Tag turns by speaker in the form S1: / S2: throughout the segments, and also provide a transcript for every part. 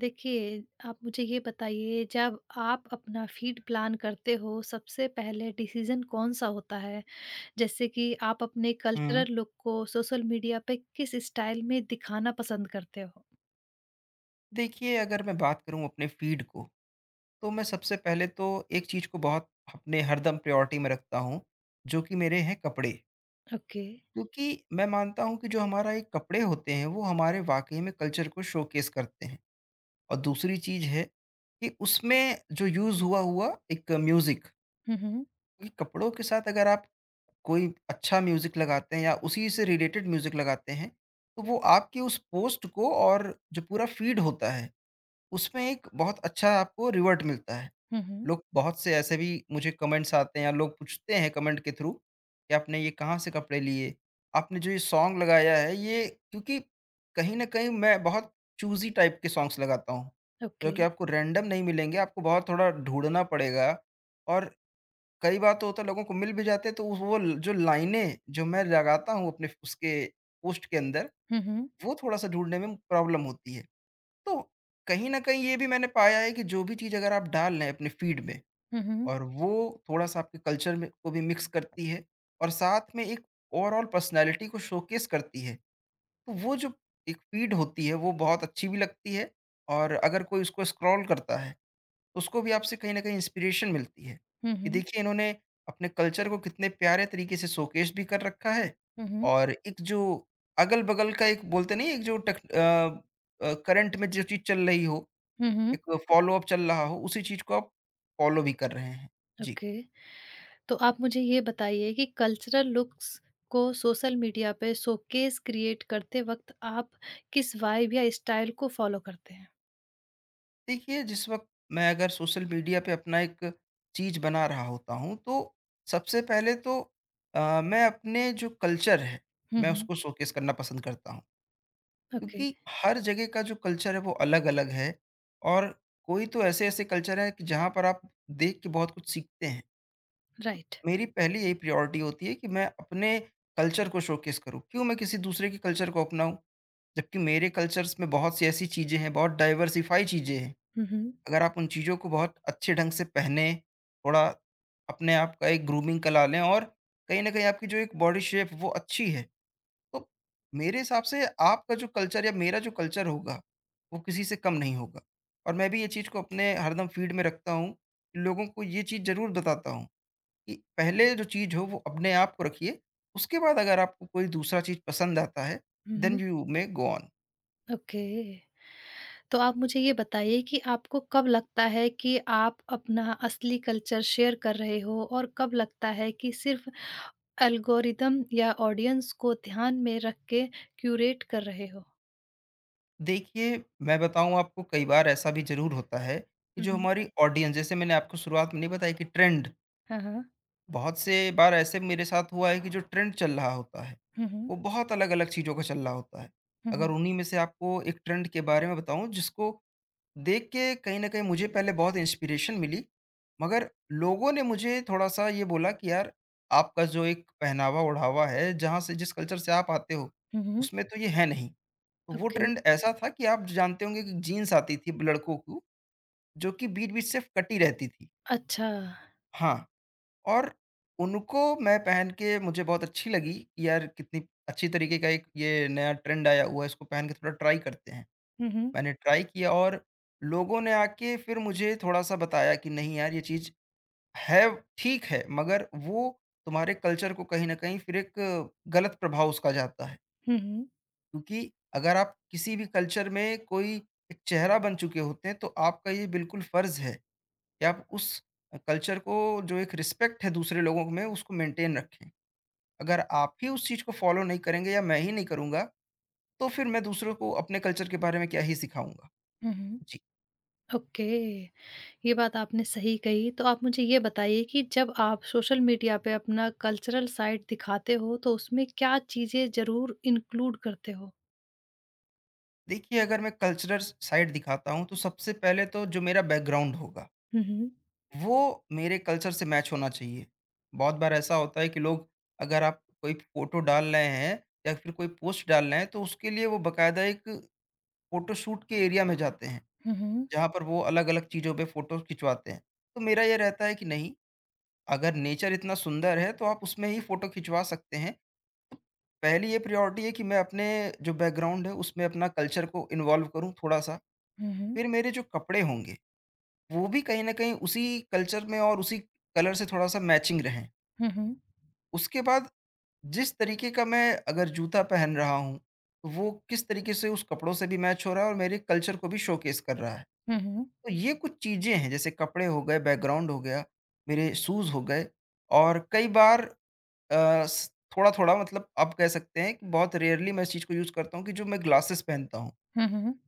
S1: देखिए, आप मुझे ये बताइए जब आप अपना फ़ीड प्लान करते हो सबसे पहले डिसीज़न कौन-सा होता है? जैसे कि आप अपने
S2: हुँ।
S1: कल्चरल लुक को सोशल मीडिया पे किस स्टाइल में दिखाना पसंद करते हो?
S2: देखिए, अगर मैं बात करूँ अपने फ़ीड को, तो मैं सबसे पहले तो एक चीज़ को बहुत अपने हरदम प्रायोरिटी में रखता हूँ, जो कि मेरे हैं कपड़े।
S1: ओके।
S2: क्योंकि मैं मानता हूँ कि जो हमारा एक कपड़े होते हैं, वो हमारे वाक़ई में कल्चर को शोकेस करते हैं। और दूसरी चीज़ है कि उसमें जो यूज़ हुआ हुआ एक म्यूज़िक,
S1: हुँ, हुँ।
S2: क्योंकि कपड़ों के साथ अगर आप कोई अच्छा म्यूज़िक लगाते हैं या उसी से रिलेटेड म्यूज़िक लगाते हैं, तो वो आपकी उस पोस्ट को और जो पूरा फ़ीड होता है उसमें एक बहुत अच्छा आपको रिवर्ट मिलता है।
S1: हुँ, हुँ।
S2: लोग बहुत से ऐसे भी मुझे कमेंट्स आते हैं या लोग पूछते हैं कमेंट के थ्रू कि आपने ये कहाँ से कपड़े लिए? आपने जो ये सॉन्ग लगाया है ये, क्योंकि कहीं न कहीं मैं बहुत चूज़ी टाइप के सॉन्ग्स लगाता हूँ, जो
S1: ओके।
S2: कि आपको रैंडम नहीं मिलेंगे, आपको बहुत थोड़ा ढूँढना पड़ेगा। और कई बार तो होता है लोगों को मिल भी जाते हैं, तो वो ल जो लाइनें जो मैं लगाता हूँ अपने उसके पोस्ट के अंदर,
S1: हुँ, हुँ।
S2: वो थोड़ा-सा ढूँढने में प्रॉब्लम होती है। तो कहीं न कहीं ये भी मैंने पाया है कि जो भी चीज़ अगर आप डाल लें अपने फ़ीड में,
S1: हुँ, हुँ।
S2: और वो थोड़ा-सा आपके कल्चर में को भी मिक्स करती है और साथ में एक ओवरॉल पर्सनैलिटी को शोकेस करती है, तो वो जो एक फ़ीड होती है वो बहुत अच्छी भी लगती है। और अगर कोई उसको स्क्रॉल करता है, तो उसको भी आपसे कहीं न कहीं इंस्पिरेशन मिलती है,
S1: हुँ,
S2: कि
S1: हुँ।
S2: देखिए इन्होंने अपने कल्चर को कितने प्यारे तरीके से शोकेस भी कर रखा है।
S1: हुँ, हुँ।
S2: और एक जो अगल-बगल का एक बोलते नहीं, एक जो टेक करंट में जो चीज़ चल रही हो,
S1: हुँ, हुँ।
S2: एक फ़ॉलो-अप चल रहा हो, उसी चीज़ को आप फ़ॉलो भी कर रहे हैं। जी।
S1: ओके। तो आप मुझे ये बताइए कि कल्चरल लुक्स को सोशल मीडिया पे शोकेस क्रिएट करते वक़्त आप किस वाइब या स्टाइल को फ़ॉलो करते हैं?
S2: देखिए, जिस वक़्त मैं अगर सोशल मीडिया पे अपना एक चीज़ बना रहा होता हूँ, तो सबसे पहले तो मैं अपने जो कल्चर है,
S1: हुँ,
S2: मैं
S1: हुँ।
S2: उसको शोकेस करना पसंद करता हूँ।
S1: ओके,
S2: क्योंकि हर जगह का जो कल्चर है, वो अलग-अलग है। और कोई तो ऐसे-ऐसे कल्चर हैं कि जहाँ पर आप देख के बहुत कुछ सीखते हैं।
S1: राइट।
S2: मेरी पहली यही प्रायोरिटी होती है कि मैं अपने कल्चर को शोकेस करूँ। क्यों मैं किसी दूसरे के कल्चर को अपनाऊँ? जबकि मेरे कल्चर्स में बहुत सी ऐसी चीज़ें हैं, बहुत डाइवर्सिफ़ाई चीज़ें हैं।
S1: हुँ, हुँ।
S2: अगर आप उन चीज़ों को बहुत अच्छे ढंग से पहने, थोड़ा अपने आप का एक ग्रूमिंग कला लें, और कहीं न कहीं आपकी जो एक बॉडी शेप वो अच्छी है, तो मेरे हिसाब से आपका जो कल्चर या मेरा जो कल्चर होगा, वो किसी से कम नहीं होगा। और मैं भी ये चीज़ को अपने हरदम फ़ीड में रखता हूँ, लोगों को ये चीज़ ज़रूर बताता हूँ कि पहले जो चीज़ हो वो अपने आप को रखिए, उसके बाद अगर आपको कोई दूसरा चीज़ पसंद आता है,
S1: हुँ,
S2: then
S1: hmm.
S2: You may go on.
S1: Okay. तो आप मुझे ये बताइए कि आपको कब लगता है कि आप अपना असली कल्चर शेयर कर रहे हो और कब लगता है कि सिर्फ़ एल्गोरिदम या ऑडियंस को ध्यान में रख के क्यूरेट कर रहे हो?
S2: देखिए, मैं बताऊँ आपको, कई बार ऐसा भी ज़रूर होता है कि
S1: हुँ,
S2: जो
S1: हुँ।
S2: हमारी ऑडियंस, जैसे मैंने आपको शुरुआत में नहीं बताया कि ट्रेंड,
S1: हाँ, हाँ।
S2: बहुत से बार ऐसे मेरे साथ हुआ है कि जो ट्रेंड चल रहा होता है,
S1: हुँ, हुँ।
S2: वो बहुत अलग-अलग चीज़ों का चल रहा होता है।
S1: हुँ,
S2: अगर
S1: हुँ।
S2: उन्हीं में से आपको एक ट्रेंड के बारे में बताऊँ, जिसको देख के कहीं न कहीं मुझे पहले बहुत इंस्पिरेशन मिली, मगर लोगों ने मुझे थोड़ा-सा ये बोला कि यार, आपका जो एक पहनावा-ओढ़ावा है, जहाँ से जिस कल्चर से आप आते हो,
S1: हुँ, हुँ।
S2: उसमें तो ये है नहीं। वो
S1: ओके।
S2: ट्रेंड ऐसा था कि आप जानते होंगे कि जीन्स आती थी लड़कों को, जो कि बीच-बीच से कटी रहती थी।
S1: अच्छा।
S2: हाँ, और उनको मैं पहन के मुझे बहुत अच्छी लगी कि यार, कितनी अच्छी तरीके का एक ये नया ट्रेंड आया हुआ है, इसको पहन के थोड़ा ट्राई करते हैं।
S1: हुँ, हुँ।
S2: मैंने ट्राई किया, और लोगों ने आके फिर मुझे थोड़ा-सा बताया कि नहीं यार, ये चीज़ है ठीक है, मगर वो तुम्हारे कल्चर को कहीं न कहीं फिर एक गलत प्रभाव उसका जाता है।
S1: हुँ, हुँ।
S2: क्योंकि अगर आप किसी भी कल्चर में कोई एक चेहरा बन चुके होते हैं, तो आपका ये बिल्कुल फ़र्ज़ है कि आप उस कल्चर को जो एक रिस्पेक्ट है दूसरे लोगों में, उसको मेंटेन रखें। अगर आप ही उस चीज़ को फ़ॉलो नहीं करेंगे या मैं ही नहीं करूँगा, तो फिर मैं दूसरों को अपने कल्चर के बारे में क्या ही सिखाऊँगा।
S1: हुँ, हुँ।
S2: जी।
S1: ओके। ये बात आपने सही कही। तो आप मुझे ये बताइए कि जब आप सोशल मीडिया पे अपना कल्चरल साइट दिखाते हो तो उसमें क्या चीज़ें ज़रूर इंक्लूड करते हो?
S2: देखिए, अगर मैं कल्चरल साइड दिखाता हूँ, तो सबसे पहले तो जो मेरा बैकग्राउंड होगा,
S1: हुँ, हुँ।
S2: वो मेरे कल्चर से मैच होना चाहिए। बहुत बार ऐसा होता है कि लोग, अगर आप कोई फ़ोटो डाल रहे हैं या फिर कोई पोस्ट डाल रहे हैं, तो उसके लिए वो बाकायदा एक फ़ोटोशूट के एरिया में जाते हैं,
S1: हुँ, हुँ।
S2: जहाँ पर वो अलग-अलग चीज़ों पे फ़ोटो खिंचवाते हैं। तो मेरा ये रहता है कि नहीं, अगर नेचर इतना सुंदर है, तो आप उसमें ही फ़ोटो खिंचवा सकते हैं। तो पहली ये प्रायोरिटी है कि मैं अपने जो बैकग्राउंड है, उसमें अपना कल्चर को इन्वॉल्व करूँ थोड़ा-सा।
S1: हुँ, हुँ।
S2: फिर मेरे जो कपड़े होंगे, वो भी कहीं न कहीं उसी कल्चर में और उसी कलर से थोड़ा-सा मैचिंग रहें।
S1: हुँ, हुँ।
S2: उसके बाद जिस तरीके का मैं अगर जूता पहन रहा हूँ, तो वो किस तरीके से उस कपड़ों से भी मैच हो रहा है और मेरे कल्चर को भी शोकेस कर रहा है।
S1: हुँ, हुँ।
S2: तो ये कुछ चीज़ें हैं, जैसे कपड़े हो गए, बैकग्राउंड हो गया, मेरे शूज़ हो गए। और कई बार अ, स थोड़ा-थोड़ा, मतलब आप कह सकते हैं कि बहुत रेयरली मैं इस चीज़ को यूज़ करता हूँ, कि जो मैं ग्लासेस पहनता हूँ।
S1: हुँ, हुँ।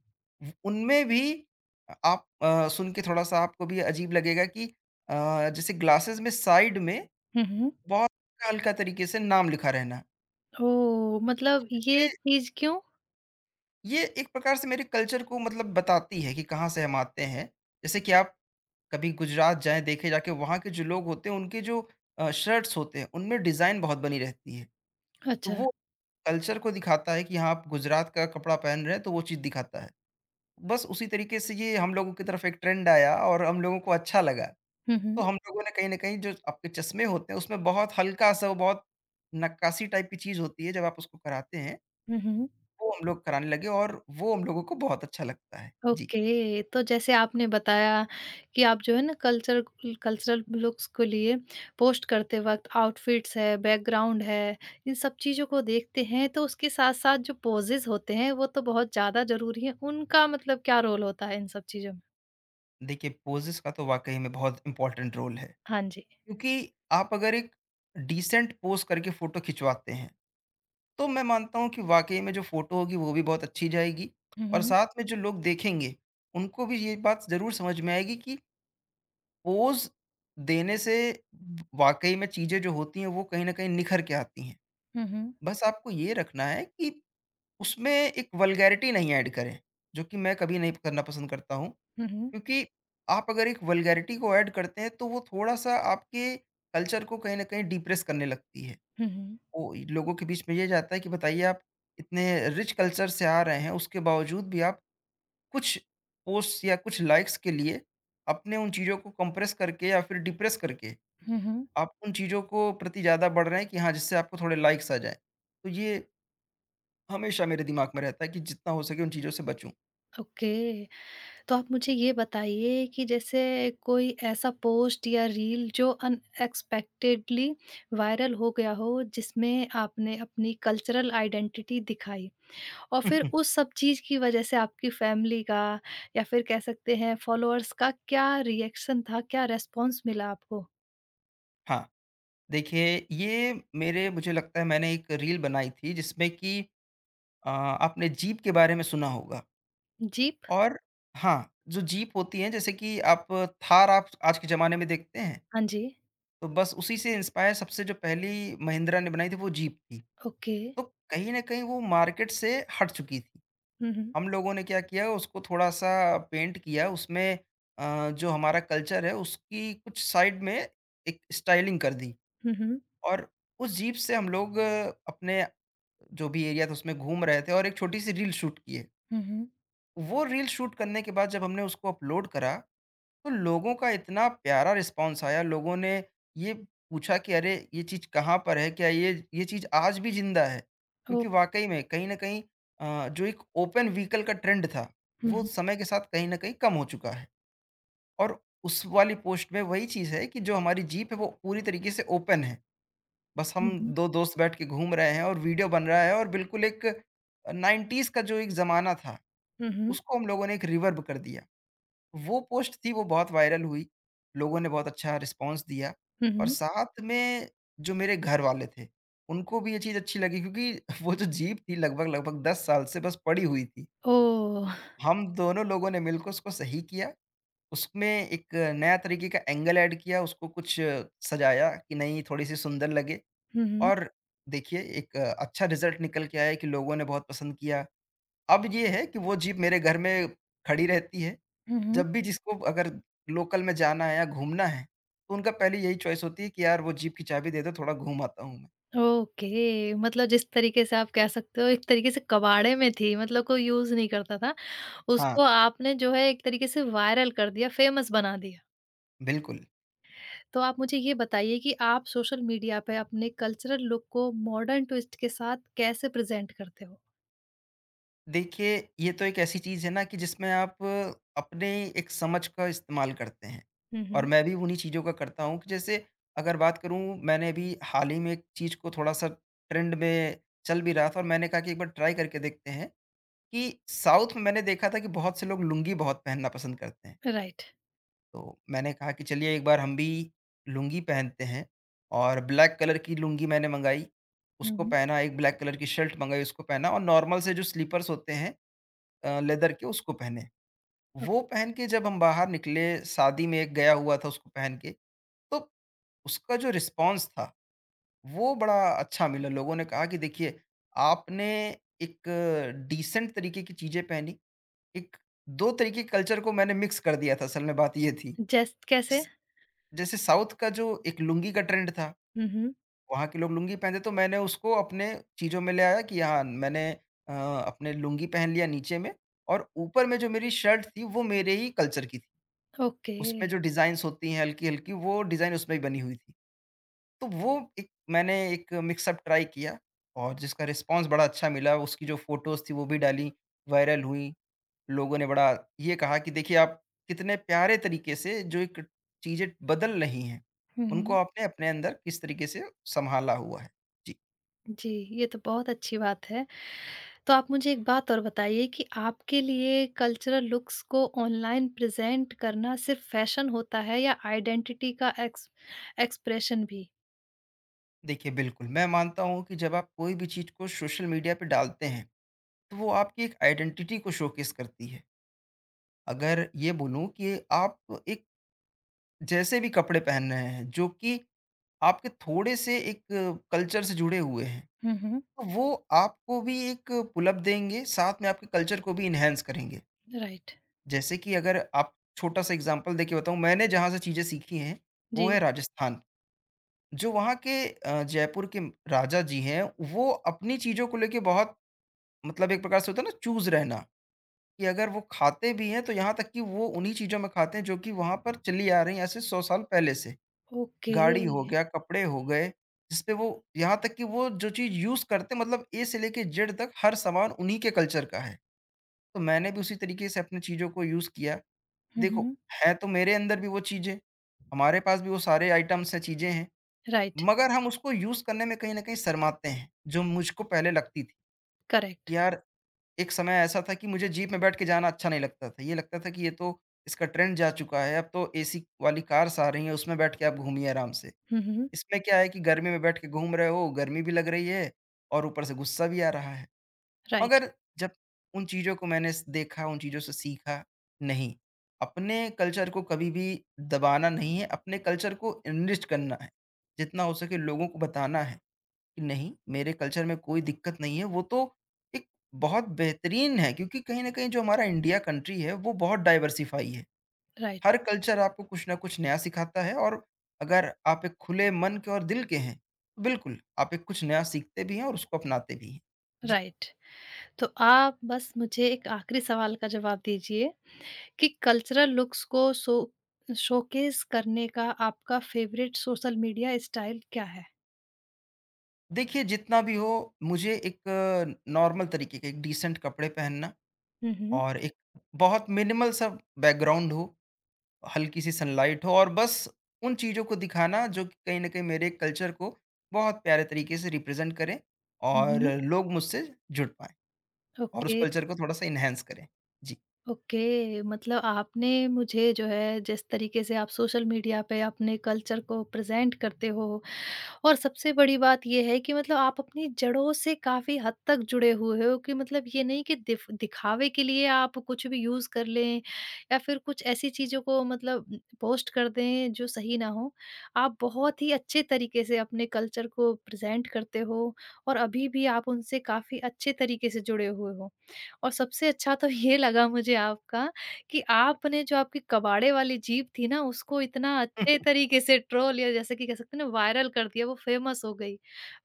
S2: उ उनमें भी आप सुन के थोड़ा-सा आपको भी अजीब लगेगा कि अ, जैसे ग्लासेस में साइड में
S1: हुँ, हुँ।
S2: बहुत हल्का-हल्का तरीके से नाम लिखा रहना।
S1: ओह! मतलब ये
S2: ये
S1: चीज़ क्यों?
S2: ये एक प्रकार से मेरे कल्चर को मतलब बताती है कि कहाँ से हम आते हैं। जैसे कि आप कभी गुजरात जाएँ, देखे जाके वहाँ के जो लोग होते हैं उनके जो शर्ट्स होते हैं, उनमें डिज़ाइन बहुत बनी रहती है। तो
S1: अच्छा।
S2: वो कल्चर को दिखाता है कि हाँ, आप गुजरात का कपड़ा पहन रहे हैं, तो वो चीज़ दिखाता है। बस उसी तरीके से ये हम लोगों की तरफ एक ट्रेंड आया, और हम लोगों को अच्छा लगा।
S1: हुँ,
S2: तो
S1: हुँ।
S2: हम लोगों ने कहीं न कहीं जो आपके चश्मे होते हैं, उसमें बहुत हल्का-सा वो बहुत नक्काशी टाइप की चीज़ होती है, जब आप उसको कराते हैं,
S1: हुँ, हुँ।
S2: वो हम लोग कराने लगे, और वो हम लोगों को बहुत अच्छा लगता है। जी।
S1: ओके, तो जैसे आपने बताया कि आप जो है ना कल्चरल लुक्स को लिए पोस्ट करते वक़्त आउटफिट्स है, बैकग्राउंड है, इन सब चीज़ों को देखते हैं, तो उसके साथ-साथ जो पोजेज़ होते हैं, वो तो बहुत ज़्यादा ज़रूरी हैं। उनका मतलब क्या रोल होता है इन सब चीज़ों में?
S2: देखिए, पोज़ेज़ का तो वाक़ई में बहुत इम्पोर्टेंट रोल है,
S1: हाँ जी।
S2: क्योंकि आप अगर एक डिसेंट पोज़ करके फ़ोटो खिंचवाते हैं, तो मैं मानता हूँ कि वाक़ई में जो फ़ोटो होगी, वो भी बहुत अच्छी जाएगी।
S1: हुँ,
S2: और
S1: हुँ।
S2: साथ में जो लोग देखेंगे, उनको भी ये बात ज़रूर समझ में आएगी कि पोज़ देने से वाक़ई में चीज़ें जो होती हैं, वो कहीं न कहीं निखर के आती हैं।
S1: हुँ, हुँ।
S2: बस आपको ये रखना है कि उसमें एक वल्गैरिटी नहीं ऐड करें, जो कि मैं कभी नहीं करना पसंद करता हूँ।
S1: हुँ, हुँ।
S2: क्योंकि आप अगर एक वल्गैरिटी को ऐड करते हैं, तो वो थोड़ा-सा आपके कल्चर को कहीं न कहीं डिप्रेस करने लगती है।
S1: हुँ, हुँ।
S2: वो लोगों के बीच में ये जाता है कि बताइए आप इतने रिच कल्चर से आ रहे हैं, उसके बावजूद भी आप कुछ पोस्ट या कुछ लाइक्स के लिए अपने उन चीज़ों को कंप्रेस करके या फिर डिप्रेस करके
S1: हुँ, हुँ।
S2: आप उन चीज़ों को प्रति ज़्यादा बढ़ रहे हैं, कि हाँ, जिससे आपको थोड़े लाइक्स आ जाएँ। तो ये हमेशा मेरे दिमाग में रहता है कि जितना हो सके उन चीज़ों से बचूँ।
S1: ओके। तो आप मुझे ये बताइए कि जैसे कोई ऐसा पोस्ट या रील जो अनएक्सपेक्टेडली वायरल हो गया हो जिसमें आपने अपनी कल्चरल आइडेंटिटी दिखाई और फिर उस सब चीज़ की वजह से आपकी फैमिली का या फिर कह सकते हैं फॉलोअर्स का क्या रिएक्शन था? क्या रिस्पॉन्स मिला आपको?
S2: हाँ, देखिए, ये मेरे मुझे लगता है मैंने एक रील बनाई थी, जिसमें कि आपने जीप के बारे में सुना होगा।
S1: जीप?
S2: और हाँ, जो जीप होती है, जैसे कि आप थार आप आज के ज़माने में देखते हैं,
S1: हाँ जी।
S2: तो बस उसी से इंस्पायर सबसे जो पहली महिंद्रा ने बनाई थी, वो जीप थी।
S1: ओके।
S2: तो कहीं न कहीं वो मार्केट से हट चुकी थी।
S1: हुँ, हुँ।
S2: हम लोगों ने क्या किया, उसको थोड़ा-सा पेंट किया, उसमें जो हमारा कल्चर है उसकी कुछ साइड में एक स्टाइलिंग कर दी।
S1: हुँ, हुँ।
S2: और उस जीप से हम लोग अपने जो भी एरिया था उसमें घूम रहे थे, और एक छोटी-सी रील शूट किए।
S1: हुँ, हुँ।
S2: वो रील शूट करने के बाद जब हमने उसको अपलोड करा, तो लोगों का इतना प्यारा रिस्पॉन्स आया, लोगों ने ये पूछा कि अरे! ये चीज़ कहाँ पर है? क्या ये चीज़ आज भी ज़िंदा है?
S1: ओह!
S2: क्योंकि वाक़ई में कहीं न कहीं जो एक ओपन व्हीकल का ट्रेंड था,
S1: हुँ,
S2: वो
S1: हुँ।
S2: समय के साथ कहीं न कहीं कम हो चुका है। और उस वाली पोस्ट में वही चीज़ है कि जो हमारी जीप है, वो पूरी तरीके से ओपन है। बस
S1: हुँ,
S2: हम
S1: हुँ।
S2: 2 दोस्त बैठ के घूम रहे हैं और वीडियो बन रहा है, और बिल्कुल एक 90s का जो एक ज़माना था,
S1: हुँ, हुँ।
S2: उसको हम लोगों ने एक रिवर्ब कर दिया। वो पोस्ट थी, वो बहुत वायरल हुई, लोगों ने बहुत अच्छा रिस्पॉन्स दिया।
S1: हुँ,
S2: और
S1: हुँ।
S2: साथ में जो मेरे घर वाले थे, उनको भी ये चीज़ अच्छी लगी, क्योंकि वो जो जीप थी लगभग-लगभग 10 साल से बस पड़ी हुई थी।
S1: ओह!
S2: हम दोनों लोगों ने मिलकर उसको सही किया, उसमें एक नया तरीके का एंगल ऐड किया, उसको कुछ सजाया कि नहीं थोड़ी-सी सुंदर लगे।
S1: हुँ, हुँ।
S2: और देखिए, एक अच्छा रिज़ल्ट निकल के आया कि लोगों ने बहुत पसंद किया। अब ये है कि वो जीप मेरे घर में खड़ी रहती है।
S1: हुँ, हुँ।
S2: जब भी जिसको अगर लोकल में जाना है या घूमना है, तो उनका पहले यही चॉइस होती है कि यार, वो जीप की चाबी दे दो, थोड़ा घूम आता हूँ मैं।
S1: ओके, मतलब जिस तरीके से आप कह सकते हो एक तरीके से कबाड़े में थी मतलब कोई यूज़ नहीं करता था, उसको
S2: हाँ,
S1: आपने जो है एक तरीके से वायरल कर दिया, फ़ेमस बना दिया।
S2: बिल्कुल।
S1: तो आप मुझे ये बताइए कि आप सोशल मीडिया पे अपने कल्चरल लुक को मॉडर्न ट्विस्ट के साथ कैसे प्रेज़ेंट करते हो?
S2: देखिए, ये तो एक ऐसी चीज़ है ना कि जिसमें आप अपने एक समझ का इस्तेमाल करते हैं,
S1: हुँ,
S2: और
S1: हुँ।
S2: मैं भी उन्हीं चीज़ों का करता हूँ। कि जैसे अगर बात करूँ, मैंने अभी हाल ही में एक चीज़ को थोड़ा-सा, ट्रेंड में चल भी रहा था और मैंने कहा कि एक बार ट्राई करके देखते हैं कि साउथ में मैंने देखा था कि बहुत से लोग लुंगी बहुत पहनना पसंद करते हैं।
S1: राइट।
S2: तो मैंने कहा कि चलिए एक बार हम भी लुंगी पहनते हैं, और ब्लैक कलर की लुंगी मैंने मंगाई,
S1: हुँ,
S2: उसको
S1: हुँ।
S2: पहना, एक ब्लैक कलर की शर्ट मंगाई, उसको पहना, और नॉर्मल से जो स्लीपर्स होते हैं लेदर के, उसको पहने।
S1: अ,
S2: वो पहन के जब हम बाहर निकले, शादी में एक गया हुआ था उसको पहन के, तो उसका जो रिस्पॉन्स था, वो बड़ा अच्छा मिला। लोगों ने कहा कि देखिए, आपने एक डिसेंट तरीके की चीज़ें पहनी, एक 2 तरीके के कल्चर को मैंने मिक्स कर दिया था, असल में बात ये थी।
S1: जैस कैसे?
S2: जैसे साउथ का जो एक लुंगी का ट्रेंड था,
S1: हुँ, हुँ।
S2: वहाँ के लोग लुंगी पहनते, तो मैंने उसको अपने चीज़ों में ले आया कि हाँ, मैंने अपने लुंगी पहन लिया नीचे में, और ऊपर में जो मेरी शर्ट थी वो मेरे ही कल्चर की थी।
S1: ओके।
S2: उसमें जो डिज़ाइन्स होती हैं हल्की-हल्की, वो डिज़ाइन उसमें ही बनी हुई थी। तो वो एक, मैंने एक मिक्स अप ट्राई किया, और जिसका रिस्पॉन्स बड़ा अच्छा मिला, उसकी जो फ़ोटोज़ थी वो भी डाली, वायरल हुई। लोगों ने बड़ा ये कहा कि देखिए, आप कितने प्यारे तरीके से जो एक चीज़ें बदल रही हैं,
S1: हुँ,
S2: उनको
S1: हुँ।
S2: आपने अपने अंदर किस तरीके से सँभाला हुआ है। जी।
S1: जी, ये तो बहुत अच्छी बात है। तो आप मुझे एक बात और बताइए कि आपके लिए कल्चरल लुक्स को ऑनलाइन प्रेज़ेंट करना सिर्फ़ फ़ैशन होता है या आइडेंटिटी का एक्सप्रेशन भी?
S2: देखिए बिल्कुल, मैं मानता हूँ कि जब आप कोई भी चीज़ को सोशल मीडिया पे डालते हैं, तो वो आपकी एक आइडेंटिटी को शोकेस करती है। अगर ये बोलूँ कि आप एक, जैसे भी कपड़े पहन रहे हैं, जो कि आपके थोड़े से एक कल्चर से जुड़े हुए हैं,
S1: हुँ, हुँ।
S2: तो वो आपको भी एक पुल अप देंगे, साथ में आपके कल्चर को भी एनहांस करेंगे।
S1: राइट।
S2: जैसे कि अगर आप, छोटा सा एग्ज़ाम्पल देके बताऊँ, मैंने जहाँ से चीज़ें सीखी हैं, वो
S1: जी,
S2: है राजस्थान। जो वहाँ के जयपुर के राजा जी हैं, वो अपनी चीज़ों को लेके बहुत, मतलब एक प्रकार से होता है ना चूज़ रहना, कि अगर वो खाते भी हैं, तो यहाँ तक कि वो उन्हीं चीज़ों में खाते हैं जो कि वहाँ पर चली आ रही हैं ऐसे 100 साल पहले से।
S1: ओके।
S2: गाड़ी हो गया, कपड़े हो गए, जिसपे वो, यहाँ तक कि वो जो चीज़ यूज़ करते, मतलब ए से लेके जेड तक हर सामान उन्हीं के कल्चर का है। तो मैंने भी उसी तरीके से अपनी चीज़ों को यूज़ किया।
S1: हुँ,
S2: देखो,
S1: हुँ।
S2: है तो मेरे अंदर भी वो चीज़ें, हमारे पास भी वो सारे आइटम्स हैं, चीज़ें हैं,
S1: राइट,
S2: मगर हम उसको यूज़ करने में कहीं न कहीं शर्माते हैं, जो मुझको पहले लगती थी।
S1: करेक्ट।
S2: यार, एक समय ऐसा था कि मुझे जीप में बैठ के जाना अच्छा नहीं लगता था। ये लगता था कि ये तो, इसका ट्रेंड जा चुका है, अब तो एसी वाली कार्स आ रही हैं, उसमें बैठ के आप घूमिए आराम से।
S1: हुँ, हुँ।
S2: इसमें क्या है कि गर्मी में बैठ के घूम रहे हो, गर्मी भी लग रही है और ऊपर से गुस्सा भी आ रहा है।
S1: राइट,
S2: मगर जब उन चीज़ों को मैंने स देखा, उन चीज़ों से सीखा, नहीं, अपने कल्चर को कभी भी दबाना नहीं है, अपने कल्चर को एनरिच करना है। जितना हो सके लोगों को बताना है कि नहीं, मेरे कल्चर में कोई दिक्कत नहीं है, वो तो एक बहुत बेहतरीन है, क्योंकि कहीं न कहीं जो हमारा इंडिया कंट्री है, वो बहुत डाइवर्सिफ़ाई है।
S1: राइट,
S2: हर कल्चर आपको कुछ न कुछ नया सिखाता है, और अगर आप एक खुले मन के और दिल के हैं, तो बिल्कुल, आप एक कुछ नया सीखते भी हैं और उसको अपनाते भी हैं। जी।
S1: राइट। तो आप बस मुझे एक आख़िरी सवाल का जवाब दीजिए कि कल्चरल लुक्स को शो शोकेस करने का आपका फ़ेवरेट सोशल मीडिया स्टाइल क्या है?
S2: देखिए, जितना भी हो मुझे एक नॉर्मल तरीके के एक डिसेंट कपड़े पहनना,
S1: हुँ, हुँ।
S2: और एक बहुत मिनिमल सा बैकग्राउंड हो, हल्की-सी सनलाइट हो, और बस उन चीज़ों को दिखाना जो कि कहीं न कहीं मेरे कल्चर को बहुत प्यारे तरीके से रिप्रेज़ेंट करें
S1: हुँ,
S2: और
S1: हुँ।
S2: लोग मुझसे जुड़ पाएँ, और उस
S1: ओके,
S2: कल्चर को थोड़ा-सा एनहांस करें। जी।
S1: ओके। मतलब आपने मुझे जो है जिस तरीके से आप सोशल मीडिया पे अपने कल्चर को प्रेज़ेंट करते हो और सबसे बड़ी बात ये है कि मतलब आप अपनी जड़ों से काफ़ी हद तक जुड़े हुए हो कि मतलब ये नहीं कि दिफ दिखावे के लिए आप कुछ भी यूज़ कर लें या फिर कुछ ऐसी चीज़ों को मतलब पोस्ट कर दें जो सही ना हो। आप बहुत ही अच्छे तरीके से अपने कल्चर को प्रेज़ेंट करते हो और अभी भी आप उनसे काफ़ी अच्छे तरीके से जुड़े हुए हो। और सबसे अच्छा तो ये लगा मुझे आपका कि आपने जो आपकी कबाड़े वाली जीभ थी ना, उसको इतना अच्छे तरीके से ट्रोल या जैसे कि कह सकते हैं ना वायरल कर दिया, वो फेमस हो गई।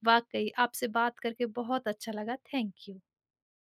S1: वाक़ई आपसे बात करके बहुत अच्छा लगा। Thank you.